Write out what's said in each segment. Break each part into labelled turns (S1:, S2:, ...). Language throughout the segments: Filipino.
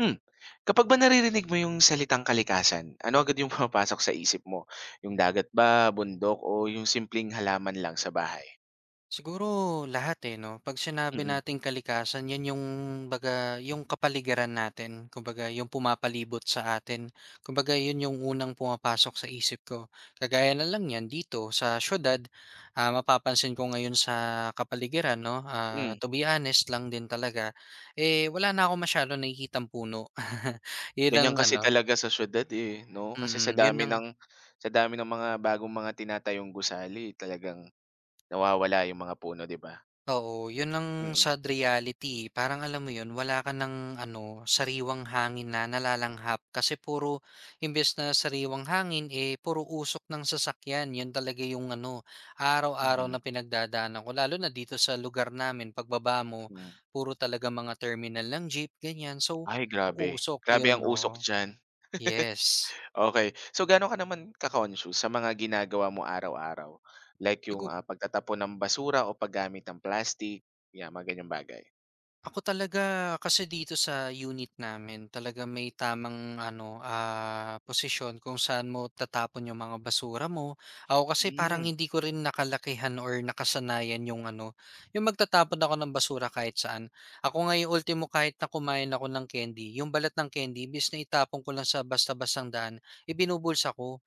S1: Hmm. Kapag ba naririnig mo yung salitang kalikasan, ano agad yung pumapasok sa isip mo? Yung dagat ba, bundok o yung simpleng halaman lang sa bahay?
S2: Siguro lahat, eh, 'no? 'Pag sinabi
S1: Mm,
S2: nating kalikasan, 'yan yung baga yung kapaligiran natin, kumbaga yung pumapalibot sa atin. Kumbaga 'yun yung unang pumapasok sa isip ko. Kagaya na lang niyan dito sa siyudad, ah, mapapansin ko ngayon sa kapaligiran 'no,
S1: hmm.
S2: ah, to be honest lang din talaga, eh, wala na akong masyadong nakikitang puno. 'Yun
S1: Ganyan
S2: ang
S1: kasi
S2: ano.
S1: talaga sa siyudad, eh, 'no? Kasi sa
S2: Mm. 'Yun
S1: dami
S2: ang.
S1: ng sa dami ng mga bagong mga tinatayong gusali talagang nawawala yung mga puno, 'di ba?
S2: Oo, yun ang
S1: Mm,
S2: sad reality, eh. Parang alam mo yun, wala ka ng ano, sariwang hangin na nalalanghap kasi puro imbes na sariwang hangin, eh, puro usok ng sasakyan. Yun talaga yung ano, araw-araw na
S1: mm,
S2: pinagdadaanan ko lalo na dito sa lugar namin pagbaba mo,
S1: hmm.
S2: puro talaga mga terminal ng jeep, ganyan. So,
S1: Ay grabe,
S2: usok
S1: grabe ang
S2: yun,
S1: usok
S2: no.
S1: diyan.
S2: Yes.
S1: Okay. So, gaano ka naman ka-conscious sa mga ginagawa mo araw-araw? Like yung,
S2: Siguro
S1: pagtatapon ng basura o paggamit ng plastic, yan mga ganyang bagay?
S2: ako talaga kasi dito sa unit namin talaga may tamang ano, ah, posisyon kung saan mo tatapon yung mga basura mo. Ako kasi parang
S1: Hmm.
S2: hindi ko rin nakalakihan or nakasanayan yung ano, yung magtatapon ako ng basura kahit saan. Ako nga yung ultimo kahit na kumain ako ng candy, yung balat ng candy bis na itapon ko lang sa basta-bastang daan, ibinubulsa ko,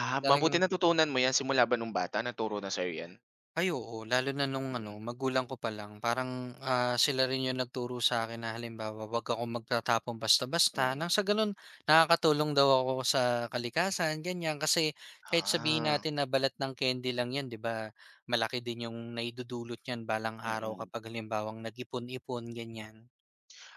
S1: Ah, mabuti
S2: Talagang
S1: natutunan mo yan simula ba nung bata naturo na sa'yo yan?
S2: ay oo, lalo na nung ano,
S1: Mm,
S2: magulang ko pa lang parang, ah, sila rin yung nagturo sa akin na halimbawa, 'wag ako magtatapon basta-basta nang
S1: mm.
S2: sa gano'n nakakatulong daw ako sa kalikasan ganyan. Kasi kahit sabihin
S1: Ah,
S2: natin na balat ng candy lang 'yan 'di ba, malaki din yung naidudulot niyan balang araw
S1: mm.
S2: kapag halimbawang nag-ipon-ipon ganyan.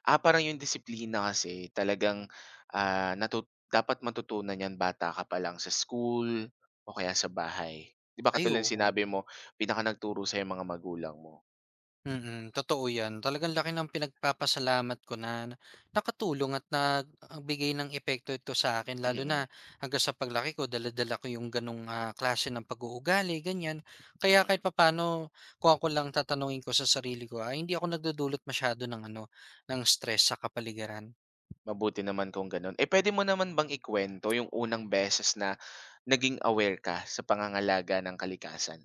S1: Ah, parang yung disiplina kasi talagang, ah, dapat matutunan yan bata ka pa lang sa school o kaya sa bahay. 'Di ba
S2: Ay
S1: katulad ng
S2: oo.
S1: sinabi mo, pinaka nagturo sa'yo mga magulang mo?
S2: Mm, totoo 'yan. Talagang laki ng pinagpapasalamat ko na nakatulong at nagbigay ng epekto ito sa akin, lalo na
S1: Mm,
S2: hanggang sa paglaki ko dala-dala ko yung gano'ng, ah, klase ng pag-uugali, ganiyan. Kaya
S1: mm.
S2: kahit papaano kung ako lang tatanungin ko sa sarili ko, ay hindi ako nagdudulot masyado ng ano, ng stress sa kapaligiran.
S1: Mabuti naman kung gano'n. Eh, puwede mo naman bang ikwento yung unang beses na naging aware ka sa pangangalaga ng kalikasan?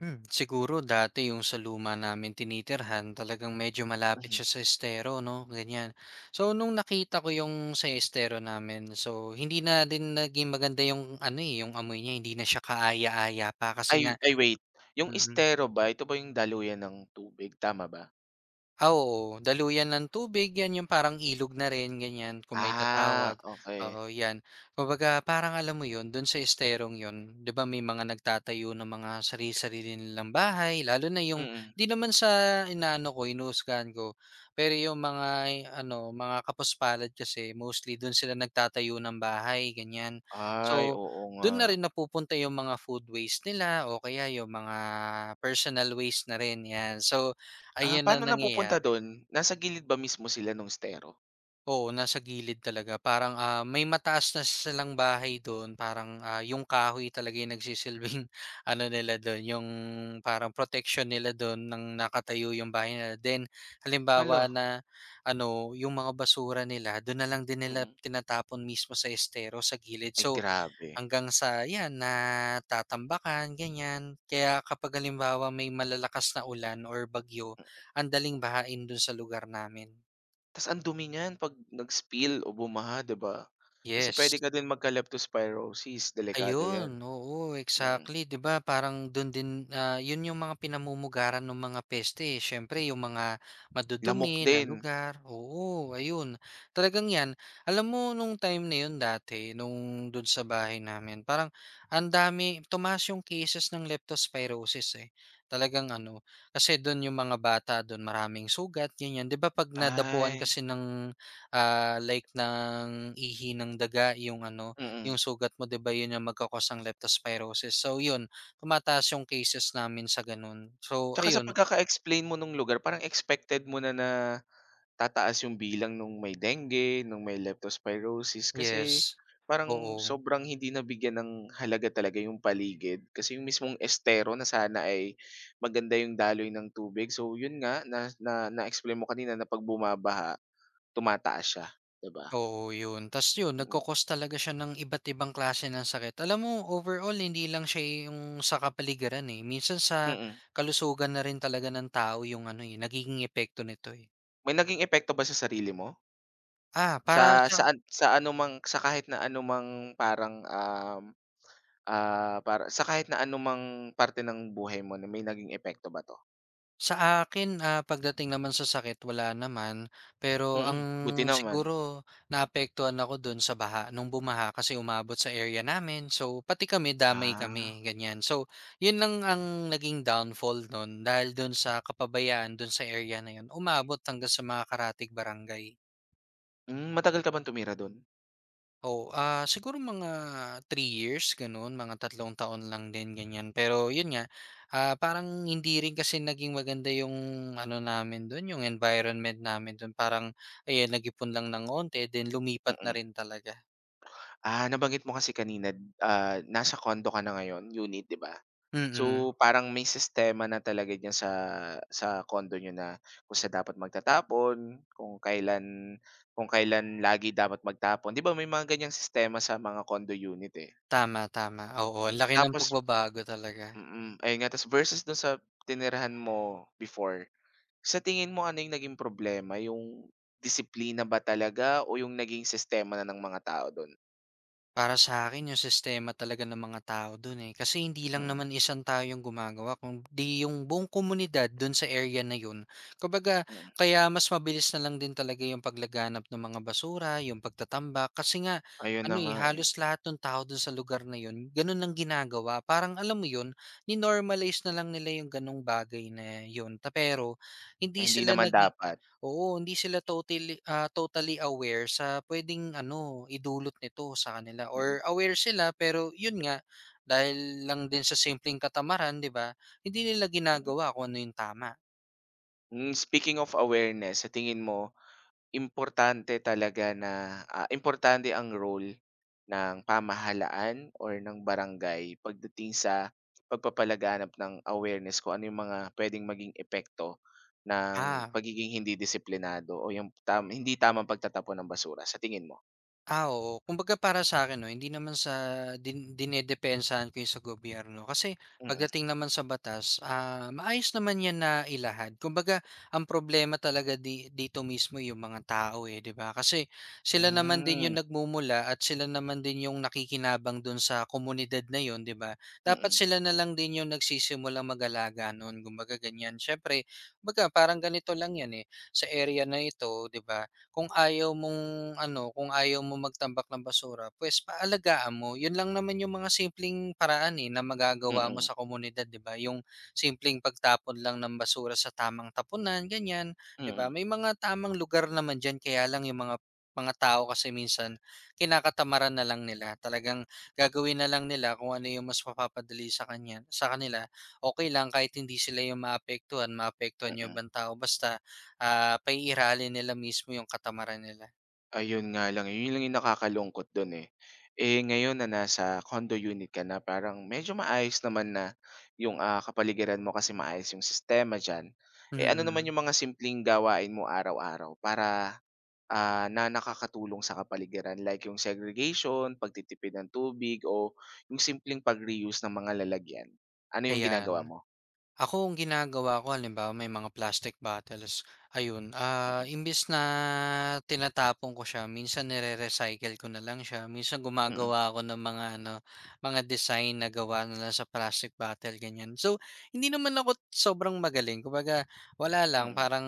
S2: Hmm, siguro dati yung sa luma namin tinitirhan talagang medyo malapit
S1: Mhm.
S2: siya sa estero 'no, ganyan. So nung nakita ko yung sa estero namin, so hindi na din naging maganda yung ano, eh, yung amoy niya hindi na siya kaaya-aya pa
S1: Ay
S2: kasi nga
S1: ay wait, yung
S2: mm.
S1: estero ba, ito ba yung daluyan ng tubig, tama ba?
S2: Ah, oo, daluyan ng tubig 'yan yung parang ilog na rin ganyan kung
S1: Ah,
S2: maitatawag,
S1: okay.
S2: oo 'yan. Kumbaga parang alam mo 'yun dun sa esterong 'yun 'di ba may mga nagtatayo ng mga sarili-sarili nilang bahay lalo na yung
S1: Mm.
S2: 'di naman sa inaano ko hinuhusgahan ko, pero yung mga ano mga kapuspalad kasi mostly dun sila nagtatayo ng bahay ganyan.
S1: Ay,
S2: So,
S1: oo nga.
S2: dun na rin napupunta yung mga food waste nila o kaya yung mga personal waste na rin 'yan. So,
S1: Ah,
S2: ayan na
S1: paano napupunta
S2: nangyayari.
S1: do'n? Nasa gilid ba mismo sila nung estero?
S2: Oo, nasa gilid talaga parang, ah, may mataas na silang bahay do'n parang, ah, yung kahoy talaga yung nagsisilbing ano nila do'n, yung parang protection nila do'n ng nakatayo yung bahay nila. Then
S1: Hala,
S2: halimbawa na ano, yung mga basura nila do'n na lang din nila
S1: mm.
S2: tinatapon mismo sa estero sa gilid.
S1: Ay
S2: So,
S1: grabe.
S2: hanggang sa 'yan natatambakan ganyan. Kaya kapag halimbawa may malalakas na ulan or bagyo, ang daling bahain do'n sa lugar namin.
S1: Tas ang dumi niyan 'pag nag-spill o bumaha, 'di ba? Kasi
S2: Yes,
S1: puwede ka din magka-leptospirosis, delikado 'yan.
S2: ayun, oo,
S1: Mm.
S2: exactly, 'di ba parang dun din, ah, yun yung mga pinamumugaran ng mga peste, eh, siyempre yung mga
S1: Lamok
S2: madudumi na
S1: din?
S2: lugar, oo, ayun. Talagang 'yan, alam mo nung time na yun dati nung dun sa bahay namin parang ang dami tumaas yung cases ng leptospirosis, eh. Talagang ano, kasi dun yung mga bata dun maraming sugat ganyan, 'di ba 'pag nadapuan
S1: Ay,
S2: kasi ng, ah, like ng ihi ng daga yung ano,
S1: mm.
S2: yung sugat mo 'di ba yun yung magka ng leptospirosis. So yun, tumataas yung cases namin sa ganun. So
S1: Tsaka sa
S2: ayun,
S1: pagkaka-explain mo nung lugar parang expected mo na na tataas yung bilang nung may dengue, nung may leptospirosis kasi
S2: yes.
S1: parang
S2: Oo,
S1: sobrang hindi nabigyan ng halaga talaga yung paligid. Kasi yung mismong estero na sana ay maganda yung daloy ng tubig. So yun nga na na na-explain mo kanina na 'pag bumabaha, tumataas siya, 'di ba?
S2: oo yun. Tas yun nagko
S1: Mm,
S2: talaga siya ng iba't ibang klase ng sakit. Alam mo overall hindi lang siya yung sa kapaligiran, eh, minsan sa
S1: mm.
S2: kalusugan na rin talaga ng tao yung ano, eh, nagiging epekto nito, eh.
S1: May naging epekto ba sa sarili mo?
S2: Ah, para sa
S1: Sa kahit na anumang parang, para sa kahit na anumang parte ng buhay mo na may naging epekto ba 'to?
S2: Sa akin, ah, pagdating naman sa sakit wala naman, pero
S1: Mm,
S2: ang
S1: buti naman.
S2: siguro naapektuhan ako dun sa baha, nung bumaha kasi umabot sa area namin. So pati kami damay kami,
S1: Ah,
S2: ganyan. So yun lang ang naging downfall nun dahil dun sa kapabayaan dun sa area na yun, umabot hanggang sa mga Karatig Barangay.
S1: matagal ka bang tumira dun?
S2: Oh ah, siguro mga 3 years gano'n, mga 3 taon lang din ganyan. Pero 'yun nga, ah, parang hindi rin kasi naging maganda yung ano namin do'n, yung environment namin do'n. Parang ayan, nag-ipon lang ng onte then lumipat na
S1: Mm.
S2: rin talaga.
S1: Ah, nabanggit mo kasi kanina, nasa condo ka na ngayon, unit, 'di ba?
S2: Mm,
S1: So, parang may sistema na talaga diyan sa condo niyo na kung saan dapat magtatapon, kung kailan lagi dapat magtapon. 'Di ba may mga ganiyang sistema sa mga condo unit, eh.
S2: tama, tama. Oo, ang laki ng
S1: Tapos
S2: pagbabago talaga.
S1: ayun nga, tas versus dun sa tinirahan mo before, sa tingin mo ano yung naging problema, yung disiplina ba talaga o yung naging sistema na ng mga tao dun?
S2: Para sa akin yung sistema talaga ng mga tao dun, eh, kasi hindi lang
S1: Mm,
S2: naman isang tao yung gumagawa kundi yung buong komunidad dun sa area na yun. Kumbaga
S1: mm.
S2: kaya mas mabilis na lang din talaga yung paglaganap ng mga basura, yung pagtatambak kasi nga
S1: Ayun na
S2: ano, eh,
S1: nga, eh.
S2: halos lahat ng tao dun sa lugar na yun ganun lang ginagawa. Parang alam mo yun, ni-normalize na lang nila yung ganong bagay na yun ta pero
S1: Ay
S2: hindi
S1: hindi
S2: sila
S1: naman
S2: nag.
S1: dapat.
S2: Oo, hindi sila totally ah, totally aware sa puwedeng ano, idulot nito sa kanila
S1: Mm,
S2: or aware sila pero yun nga, dahil lang din sa simpleng katamaran, 'di ba, hindi nila
S1: mm.
S2: ginagawa kung ano yung tama.
S1: Speaking of awareness, sa tingin mo Importante talaga na, ah, importante ang role ng pamahalaan or ng barangay pagdating sa pagpapalaganap ng awareness ko ano yung mga puwedeng maging epekto ng
S2: Ah.
S1: pagiging hindi disiplinado o yung hindi tamang pagtatapon ng basura, sa tingin mo?
S2: Ah, oo. Kumbaga para sa akin 'no, hindi naman sa din dinedepensahan ko 'yun sa gobyerno. Kasi
S1: Mm.
S2: pagdating naman sa batas, ah, maayos naman 'yan na ilahad. Kumbaga ang problema talaga di dito mismo yung mga tao, eh, 'di ba? Kasi sila naman din yung
S1: Hmm,
S2: nagmumula at sila naman din yung nakikinabang dun sa komunidad na 'yun, 'di ba? Dapat
S1: mm.
S2: sila na lang din yung nagsisimula mag-alaga nun, kumbaga ganiyan. Siyempre, kumbaga parang ganito lang 'yan, eh, sa area na ito, 'di ba, kung ayaw mong ano, kung ayaw mo magtambak ng basura, pues paalagaan mo. 'Yun lang naman yung mga simpleng paraan, eh, na magagawa mo
S1: Mm,
S2: sa komunidad, 'di ba? Yung simpleng pagtapon lang ng basura sa tamang tapunan, ganiyan, 'di ba?
S1: mm,
S2: May mga tamang lugar naman diyan, kaya lang yung mga tao kasi minsan kinakatamaran na lang nila. Talagang gagawin na lang nila kung ano yung mas mapapadali sa kanya sa kanila. Okay lang kahit hindi sila yung maapektuhan, maapektuhan yung
S1: mm.
S2: ibang tao basta ah, paiiralin nila mismo yung katamaran nila.
S1: Ayun nga lang, eh, yun lang yung nakakalungkot dun, eh. Eh, ngayon na nasa condo unit ka na parang medyo maayos naman na yung, kapaligiran mo kasi maayos yung sistema diyan. Eh, ano naman
S2: Mm,
S1: yung mga simpleng gawain mo araw-araw para, na nakakatulong sa kapaligiran like yung segregation, pagtitipid ng tubig o yung simpleng pag-reuse ng mga lalagyan? Ano yung
S2: ayan.
S1: ginagawa mo?
S2: Ako ang ginagawa ko halimbawa may mga plastic bottles, ayun, ah,
S1: Mm,
S2: imbes na tinatapon ko siya minsan nire-recycle ko na lang siya. Minsan
S1: mm,
S2: gumagawa ako ng mga ano, mga design na gawa na lang sa plastic bottle ganyan. So, hindi naman ako sobrang magaling kumbaga wala lang
S1: mm,
S2: parang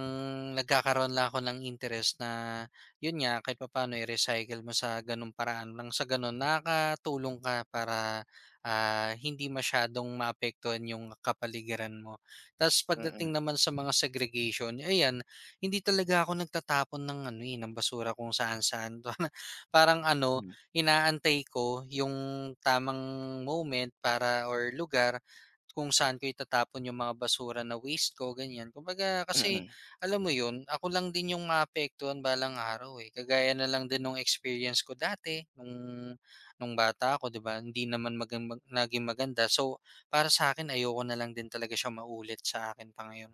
S2: nagkakaroon lang ako ng interest na yun nga kahit papaano i-recycle mo sa ganung paraan, lang sa ganun nakatulong ka para ah, hindi masyadong maapektuhan yung kapaligiran mo. Tapos pagdating
S1: mm,
S2: naman sa mga segregation, ayan, hindi talaga ako nagtatapon ng ano eh, ng basura kung saan-saan. Parang ano,
S1: mm,
S2: inaantay ko yung tamang moment para or lugar kung saan ko itatapon yung mga basura na waste ko, ganyan. Kumbaga,
S1: mm,
S2: kasi,
S1: mm.
S2: alam mo yun, ako lang din yung maapektuhan balang araw eh. Kagaya na lang din nung experience ko dati, nung bata ako 'di ba, hindi naman magan mag naging maganda. So, para sa sa'kin ayoko na lang din talaga siya maulit sa akin pa ngayon.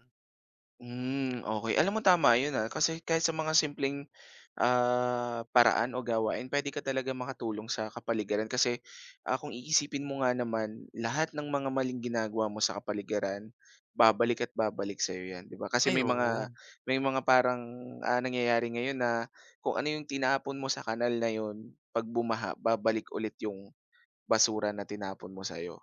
S1: Okay. Alam mo, tama yun, kasi kahit sa mga simpleng paraan o gawain pwede ka talaga makatulong sa kapaligiran. Kasi, kung iisipin mo nga naman lahat ng mga maling ginagawa mo sa kapaligiran babalik at babalik sa iyo 'yan, 'di ba? Kasi
S2: Ay
S1: may mga
S2: oo,
S1: may mga parang, nangyayari ngayon na kung ano yung tinapon mo sa kanal na yon, 'pag bumaha babalik ulit yung basura na tinapon mo sa'yo,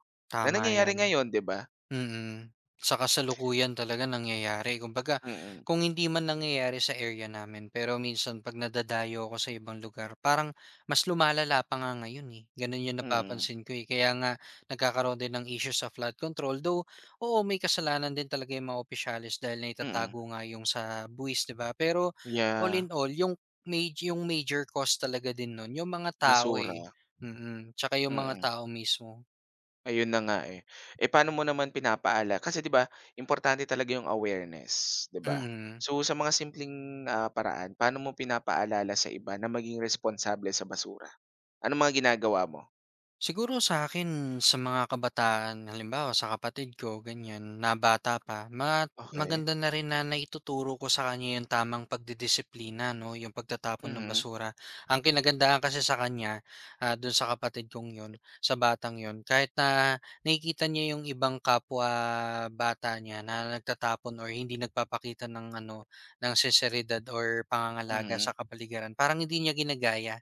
S1: na
S2: tama
S1: nangyayari
S2: 'yan.
S1: ngayon, 'di ba?
S2: Mm. Sa kasalukuyan talaga nangyayari. Kumbaga,
S1: Mm,
S2: kung hindi man nangyayari sa area namin, pero minsan 'pag nadadayo ako sa ibang lugar, parang mas lumalala pa nga ngayon, eh. Gano'n 'yung
S1: mm,
S2: napapansin ko, eh. Kaya nga nagkakaroon din ng issue sa flood control. Though, oo, may kasalanan din talaga 'yung mga opisyales dahil
S1: mm.
S2: naitatago nga 'yung sa buwis, 'di ba? Pero all
S1: Yeah,
S2: in all, 'yung major cause talaga din no'n 'yung mga tao,
S1: basura,
S2: eh. Mm, tsaka 'yung mga
S1: mm.
S2: tao mismo.
S1: Ayun na nga, eh. Eh, paano mo naman kasi 'di ba importante talaga yung awareness, 'di ba?
S2: Mm.
S1: So, sa mga simpleng, paraan, paano mo pinapaalala sa iba na maging responsable sa basura? Anong mga ginagawa mo?
S2: Siguro sa akin sa mga kabataan, halimbawa sa kapatid ko ganyan, na bata pa, ma
S1: Okay.
S2: maganda na rin na naituturo ko sa kanya yung tamang pagdidisiplina 'no, yung pagtatapon ng
S1: Mhm,
S2: basura. Ang kinagandahan kasi sa kanya, ah, dun sa kapatid kong yun, sa batang yun, kahit na nakikita niya yung ibang kapwa bata niya na nagtatapon or hindi nagpapakita ng ano, ng sinseridad or pangangalaga
S1: mhm.
S2: sa kapaligiran, parang hindi niya ginagaya.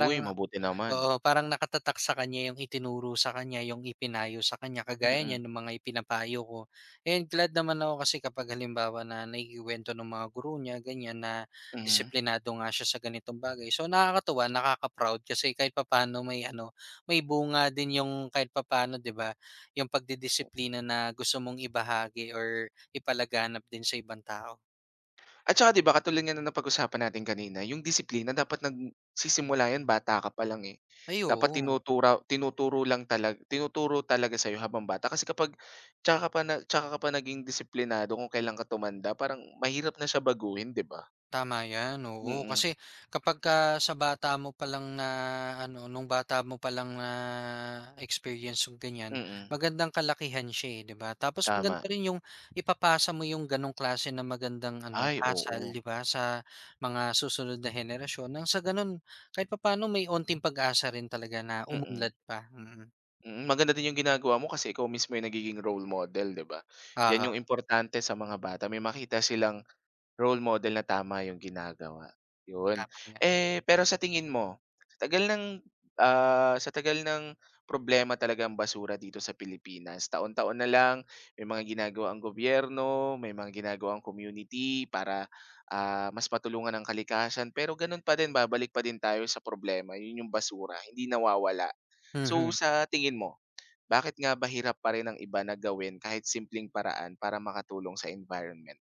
S1: Uy, mabuti naman.
S2: oo, parang nakatatak sa kanya yung itinuro sa kanya, yung ipinayo sa kanya, kagaya
S1: Mm,
S2: niyan ng mga ipinapayo ko. And glad naman ako kasi kapag halimbawa na naikuwento ng mga guru niya, ganyan, na
S1: mhm.
S2: disiplinado nga siya sa ganitong bagay. So nakakatuwa, nakaka-proud kasi kahit papaano may ano, may bunga din yung kahit papaano, 'di ba? Yung pagdidisiplina na gusto mong ibahagi or ipalaganap din sa ibang tao.
S1: At saka 'di ba katulad nga ng napag-usapan natin kanina, yung disiplina dapat nagsisimula yan bata ka pa lang, eh.
S2: Ay,
S1: Dapat
S2: oo.
S1: tinuturo tinuturo lang talag tinuturo talaga sa'yo habang bata kasi kapag tsaka ka pa naging disiplinado kung kailan ka tumanda parang mahirap na siya baguhin, 'di ba?
S2: Tama 'yan, oo.
S1: Mm,
S2: Kasi kapagka sa bata mo palang na ano, nung bata mo palang na-experience yung ganyan,
S1: mm,
S2: magandang kalakihan siya, eh, 'di ba? Tapos
S1: tama.
S2: maganda rin yung ipapasa mo yung gano'ng klase na magandang ano,
S1: Ay
S2: asal,
S1: oo,
S2: 'di ba, sa mga susunod na henerasyon nang sa gano'n kahit papaano may onting pag-asa rin talaga na
S1: mm,
S2: umunlad pa. Mm. Mm.
S1: mm. Maganda din yung ginagawa mo kasi ikaw mismo yung nagiging role model, 'di ba?
S2: Oo,
S1: Yan yung importante sa mga bata, may makita silang role model na tama yung ginagawa, yun.
S2: tama 'yan.
S1: Eh, pero sa tingin mo, sa tagal ng, sa tagal ng problema talaga ang basura dito sa Pilipinas, taon-taon na lang may mga ginagawa ang gobyerno, may mga ginagawa ang community para, mas matulungan ang kalikasan, pero gano'n pa din babalik pa din tayo sa problema, yun yung basura, hindi nawawala. So,
S2: Mhm.
S1: sa tingin mo, bakit nga ba hirap pa rin ng iba na gawin kahit simpleng paraan para makatulong sa environment?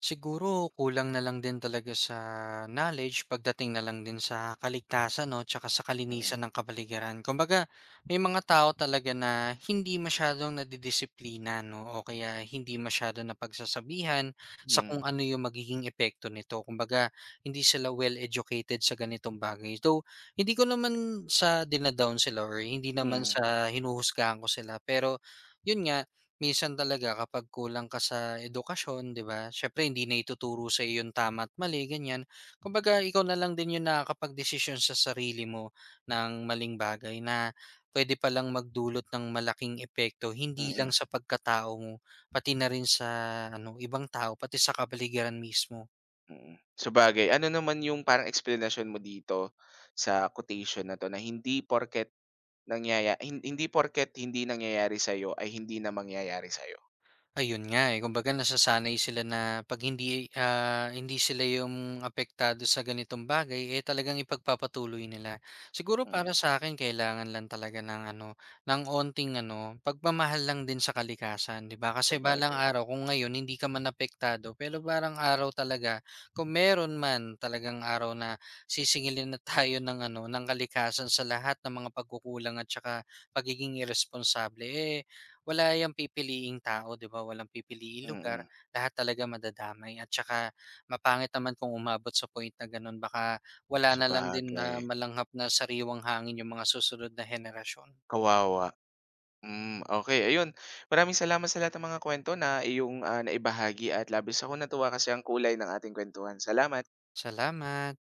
S2: Siguro kulang na lang din talaga sa knowledge pagdating na lang din sa kaligtasan 'no, tsaka sa
S1: Mm,
S2: kalinisan ng kapaligiran. Kumbaga may mga tao talaga na hindi masyadong nadidisiplina 'no, o kaya hindi masyado na pagsasabihan sa
S1: mm.
S2: kung ano yung magiging epekto nito. Kumbaga hindi sila well educated sa ganitong bagay. Though hindi ko naman sa dinadown sila or hindi naman
S1: Mm,
S2: sa hinuhusgahan ko sila, pero yun nga minsan talaga kapag kulang ka sa edukasyon, 'di ba? Syempre hindi na ituturo sa'yo yung tama at mali, ganyan. Kumbaga ikaw na lang din yung nakakapagdesisyon sa sarili mo ng maling bagay na pwede palang magdulot ng malaking epekto hindi lang
S1: mm,
S2: sa pagkatao mo, pati na rin sa ano, ibang tao, pati sa kapaligiran mismo.
S1: mm. Sabagay, ano naman yung parang eksplanasyon mo dito sa quotation na 'to na hindi porket hindi nangyayari sa'yo ay hindi na mangyayari sa'yo?
S2: Ayun nga, eh, kumbaga nasasanay sila na 'pag hindi, ah, hindi sila yung apektado sa ganitong bagay, eh, talagang ipagpapatuloy nila. Siguro
S1: Mm,
S2: para sa akin kailangan lang talaga ng ano, ng onting ano, pagmamahal lang din sa kalikasan, 'di ba? Kasi balang
S1: sabagay,
S2: araw kung ngayon hindi ka man apektado, pero balang araw talaga kung meron man talagang araw na sisingilin na tayo ng ano, ng kalikasan sa lahat ng mga pagkukulang at saka pagiging irresponsible, eh, wala yung pipiliing tao 'di ba, walang pipiliing lugar,
S1: mm,
S2: lahat talaga madadamay at saka mapangit naman kung umabot sa point na gano'n baka wala na lang din na
S1: sabagay,
S2: malanghap na sariwang hangin yung mga susunod na henerasyon.
S1: kawawa. Okey, ayun, maraming salamat sa lahat ng mga kuwento na iyong, naibahagi at labis akong natuwa kasi ang kulay ng ating kuwentuhan. Salamat.
S2: Salamat.